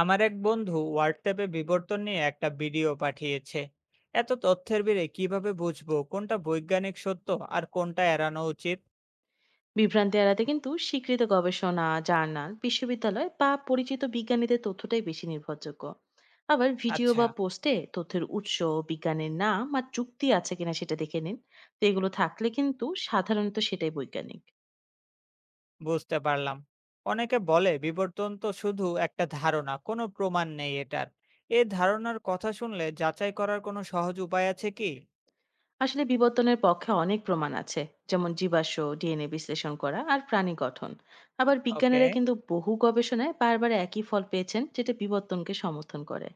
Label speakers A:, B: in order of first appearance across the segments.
A: আমার এক বন্ধু হোয়াটসঅ্যাপে বিবর্তন নিয়ে একটা ভিডিও পাঠিয়েছে। এত তথ্যের ভিড়ে কিভাবে বুঝবো কোনটা বৈজ্ঞানিক সত্য আর কোনটা এড়ানো উচিত?
B: বিভ্রান্তি এড়াতে কিন্তু স্বীকৃত গবেষণা জার্নাল বিশ্ববিদ্যালয় বা পরিচিত বিজ্ঞানীদের তথ্যটাই বেশি নির্ভরযোগ্য। আবার ভিডিও
A: আচ্ছা,
B: বা পোস্টে তথ্যের উৎস, বিজ্ঞানের নাম আর যুক্তি আছে কিনা সেটা দেখে নিন। তো এগুলো থাকলে কিন্তু সাধারণত সেটাই বৈজ্ঞানিক।
A: বুঝতে পারলাম। অনেকে বলে বিবর্তন তো শুধু একটা ধারণা, কোনো প্রমাণ নেই এটার। এই ধারণার কথা শুনলে যাচাই করার কোনো সহজ উপায় আছে কি?
B: আসলে বিবর্তনের পক্ষে অনেক প্রমাণ আছে, যেমন জীবাশ্ম, ডিএনএ বিশ্লেষণ করা আর প্রাণী গঠন। আবার
A: ওকে।
B: বিজ্ঞানীরা কিন্তু বহু গবেষণায় বারবার একই ফল পেয়েছেন, যেটা বিবর্তনকে সমর্থন করে।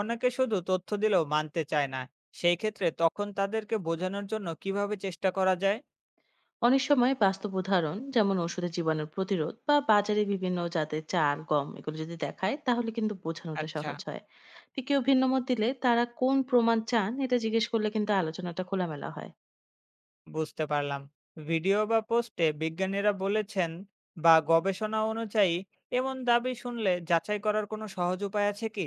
A: অনেকে শুধু তথ্য দিলেও মানতে চায় না। সেই ক্ষেত্রে তখন তাদেরকে বোঝানোর জন্য কিভাবে চেষ্টা করা যায়?
B: অনেক সময় বাস্তব উদাহরণ যেমন ওষুধের জীবাণু প্রতিরোধ বা বাজারে বিভিন্ন জাতের চাল, গম এগুলো যদি দেখায় তাহলে কিন্তু বোঝানোটা
A: আচ্ছা,
B: সহজ হয়। তো কেউ ভিন্ন মত দিলে তারা কোন প্রমাণ চান এটা জিজ্ঞেস করলে কিন্তু আলোচনাটা খোলামেলা হয়।
A: বুঝতে পারলাম। ভিডিও বা পোস্টে বিজ্ঞানীরা বলেছেন বা গবেষণা অনুযায়ী এমন দাবি শুনলে যাচাই করার কোনো সহজ উপায় আছে কি?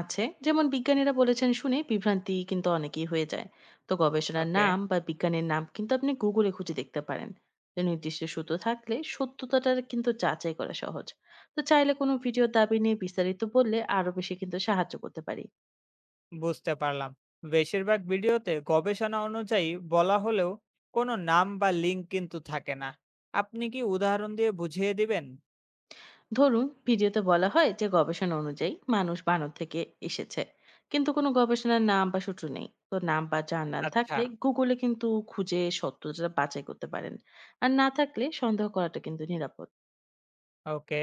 B: আছে, যেমন বিজ্ঞানীরা বলেছেন শুনে বিভ্রান্তি কিন্তু অনেকেই হয়ে যায়। তো গবেষণার
A: ওকে,
B: নাম বা বিজ্ঞানীর নাম কিন্তু আপনি গুগলে খুঁজে দেখতে পারেন। তো নির্দিষ্ট সূত্র থাকলে সত্যতাটা কিন্তু যাচাই করা সহজ। তো চাইলে কোনো ভিডিও দাবি নিয়ে বিস্তারিত বললে আরো বেশি কিন্তু সাহায্য করতে পারি।
A: বুঝতে পারলাম। বেশিরভাগ ভিডিওতে গবেষণা অনুযায়ী বলা হলেও কোনো নাম বা লিঙ্ক কিন্তু থাকে না। আপনি কি উদাহরণ দিয়ে বুঝিয়ে দিবেন?
B: ধরুন ভিডিওতে বলা হয় যে গবেষণা অনুযায়ী মানুষ বানর থেকে এসেছে, কিন্তু কোনো গবেষণার নাম বা সূত্র নেই। তো নাম বা জার্নাল
A: আচ্ছা,
B: থাকলে গুগলে কিন্তু খুঁজে সত্যতা বাছাই করতে পারেন। আর না থাকলে সন্দেহ করাটা কিন্তু নিরাপদ।
A: ওকে।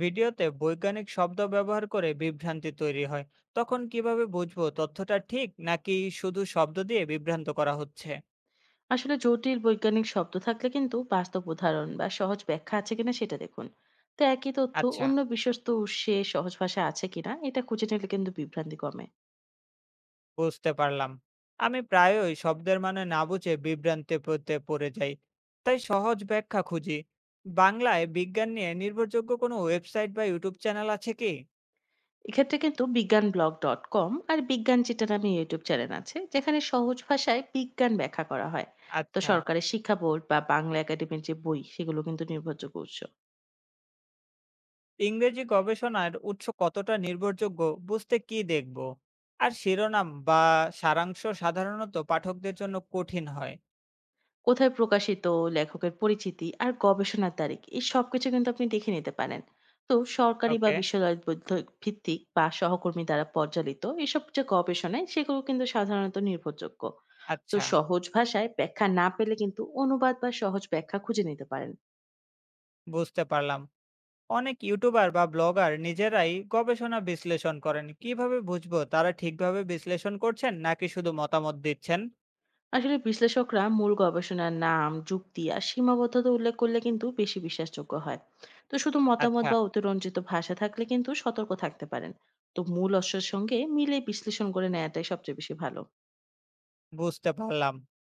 A: ভিডিওতে বৈজ্ঞানিক শব্দ ব্যবহার করে বিভ্রান্তি তৈরি হয়। তখন কিভাবে বুঝবো তথ্যটা ঠিক নাকি শুধু শব্দ দিয়ে বিভ্রান্ত করা হচ্ছে?
B: আসলে জটিল বৈজ্ঞানিক শব্দ থাকলে কিন্তু বাস্তব উদাহরণ বা সহজ ব্যাখ্যা আছে কিনা সেটা দেখুন। তো একই তথ্য
A: আচ্ছা,
B: অন্য বিশ্বস্ত উৎসে সহজ ভাষা আছে কিনা এটা খুঁজে নিলে কিন্তু বিভ্রান্তি কমে।
A: বুঝতে পারলাম। আমি প্রায়ই শব্দের মানে না বুঝে বিভ্রান্তি পড়তে পড়ে যাই, তাই সহজ ব্যাখ্যা খুঁজি। বাংলায় বিজ্ঞান নিয়ে নির্ভরযোগ্য কোনো ওয়েবসাইট বা ইউটিউব চ্যানেল আছে কি?
B: এক্ষেত্রে কিন্তু বিজ্ঞান ব্লগ ডট কম আর বিজ্ঞান যেটা নামে ইউটিউব চ্যানেল আছে, যেখানে সহজ ভাষায় বিজ্ঞান ব্যাখ্যা করা হয়। তো
A: আচ্ছা।
B: সরকারের শিক্ষা বোর্ড বা বাংলা একাডেমির যে বই সেগুলো কিন্তু নির্ভরযোগ্য উৎস।
A: ইংরেজি গবেষণার উৎস কতটা নির্ভরযোগ্য? বুঝতে কি দেখব? আর শিরোনাম বা সারাংশ সাধারণত পাঠকদের জন্য কঠিন হয়।
B: কোথায় প্রকাশিত, লেখকের পরিচিতি আর গবেষণার তারিখ এই সবকিছু কিন্তু আপনি দেখে নিতে পারেন। তো সরকারি বা
A: ওকে,
B: বিশ্ববিদ্যালয় ভিত্তিক বা সহকর্মী দ্বারা পরিচালিত এসব যে গবেষণায় সেগুলো কিন্তু সাধারণত নির্ভরযোগ্য। তো
A: আচ্ছা,
B: সহজ ভাষায় ব্যাখ্যা না পেলে কিন্তু অনুবাদ বা সহজ ব্যাখ্যা খুঁজে নিতে পারেন।
A: বুঝতে পারলাম। অনেক ইউটিউবার বা ব্লগার নিজেরাই গবেষণা বিশ্লেষণ করেন, কিভাবে বুঝবো তারা ঠিকভাবে বিশ্লেষণ করছেন নাকি শুধু মতামত দিচ্ছেন?
B: আসলে বিশ্লেষকরা মূল গবেষণার নাম, যুক্তি আর সীমাবদ্ধতা উল্লেখ করলে কিন্তু বেশি বিশ্বাসযোগ্য হয়। তো শুধু মতামত
A: আচ্ছা,
B: বা অতিরঞ্জিত ভাষা থাকলে কিন্তু সতর্ক থাকতে পারেন। তো মূল অশ্বর সঙ্গে মিলে বিশ্লেষণ করে নেওয়াটাই সবচেয়ে বেশি ভালো।
A: বুঝতে পারলাম।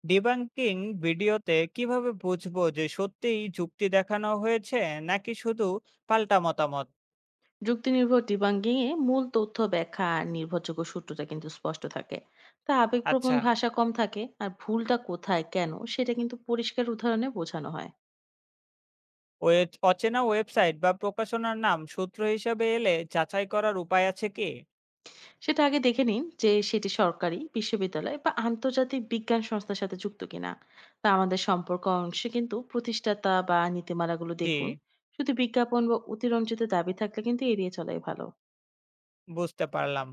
A: ডিবাঙ্কিং ভিডিওতে কিভাবে বুঝবো যে সত্যিই যুক্তি দেখানো হয়েছে নাকি শুধু পাল্টা মতামত?
B: যুক্তি নির্ভর ডিবাঙ্গিং এ মূল তথ্য ব্যাখ্যা আর নির্ভরযোগ্য সূত্রটা কিন্তু স্পষ্ট থাকে। তা আবেগপ্রবণ
A: আচ্ছা।
B: ভাষা কম থাকে আর ভুলটা কোথায় কেন সেটা কিন্তু পরিষ্কার উদাহরণে বোঝানো হয়।
A: ওয়েব অচেনা ওয়েবসাইট বা প্রকাশনার নাম সূত্র হিসেবে এলে যাচাই করার উপায় আছে কি?
B: সেটা আগে দেখে নিন যে সেটি সরকারি বিশ্ববিদ্যালয় বা আন্তর্জাতিক বিজ্ঞান সংস্থার সাথে যুক্ত কিনা। তা আমাদের সম্পর্ক অংশে কিন্তু প্রতিষ্ঠাতা বা নীতিমালাগুলো
A: জি,
B: দেখুন। শুধু বিজ্ঞাপন বা অতিরঞ্জিত দাবি থাকলে কিন্তু এড়িয়ে চলাই ভালো।
A: বুঝতে পারলাম।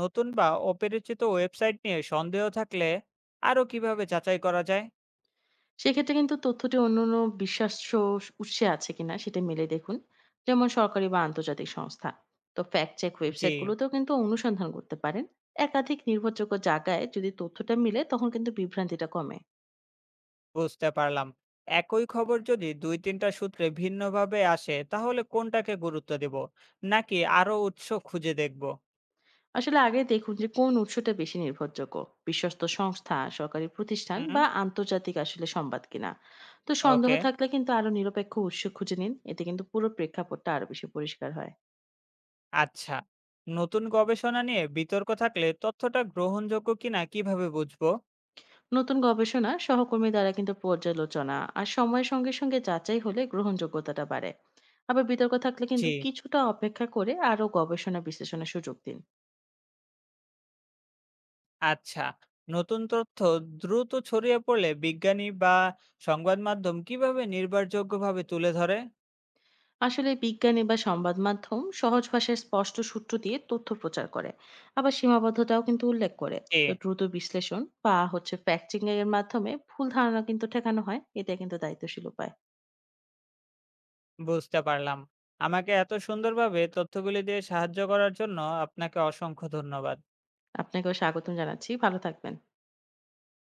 A: নতুন বা অপরিচিত ওয়েবসাইট নিয়ে সন্দেহ থাকলে আরো কিভাবে যাচাই করা যায়?
B: সেক্ষেত্রে কিন্তু তথ্যটি অন্য অন্য বিশ্বাস্য উৎসে আছে কিনা সেটা মিলে দেখুন, যেমন সরকারি বা আন্তর্জাতিক সংস্থা। তো ফ্যাক্ট চেক
A: জি,
B: ওয়েবসাইটগুলোতেও কিন্তু অনুসন্ধান করতে পারেন। একাধিক নির্ভরযোগ্য জায়গায় যদি তথ্যটা মিলে তখন কিন্তু বিভ্রান্তিটা কমে।
A: বুঝতে পারলাম। একই খবর যদি দুই তিনটা সূত্রে ভিন্নভাবে আসে তাহলে কোনটাকে গুরুত্ব দেব, নাকি আরো উৎস খুঁজে দেখব?
B: আসলে আগে দেখুন যে কোন উৎসটা বেশি নির্ভরযোগ্য, বিশ্বস্ত সংস্থা, সরকারি প্রতিষ্ঠান
A: হুম।
B: বা আন্তর্জাতিক আসলে সংবাদ কিনা। তো সন্দেহ
A: ওকে,
B: থাকলে কিন্তু আরো নিরপেক্ষ উৎস খুঁজে নিন, এতে কিন্তু পুরো প্রেক্ষাপটটা আরো বেশি পরিষ্কার হয়।
A: আচ্ছা। নতুন গবেষণা নিয়ে বিতর্ক থাকলে তথ্যটা গ্রহণযোগ্য কিনা কিভাবে বুঝবো?
B: নতুন গবেষণা সহকর্মী দ্বারা কিন্তু পর্যালোচনা আর সময়ের সঙ্গে সঙ্গে যাচাই হলে গ্রহণযোগ্যতাটা বাড়ে। আবার বিতর্ক থাকলে
A: জি,
B: কিন্তু কিছুটা অপেক্ষা করে আরো গবেষণা বিশ্লেষণের সুযোগ দিন।
A: আচ্ছা। নতুন তথ্য দ্রুত ছড়িয়ে পড়লে বিজ্ঞানী বা সংবাদ মাধ্যম কিভাবে নির্ভরযোগ্যভাবে তুলে ধরে?
B: আসলে বিজ্ঞানী বা সংবাদ মাধ্যম সহজ ভাষায় স্পষ্ট সূত্র দিয়ে তথ্য প্রচার করে। আবার সীমাবদ্ধতাও কিন্তু উল্লেখ করে।
A: জি,
B: তো দ্রুত বিশ্লেষণ বা হচ্ছে ফ্যাক্টিং এর মাধ্যমে ভুল ধারণা কিন্তু ঠেকানো হয়, এটা কিন্তু দায়িত্বশীল উপায়।
A: বুঝতে পারলাম। আমাকে এত সুন্দরভাবে তথ্যগুলি দিয়ে সাহায্য করার জন্য আপনাকে অসংখ্য ধন্যবাদ।
B: আপনাকেও স্বাগতম জানাচ্ছি, ভালো থাকবেন।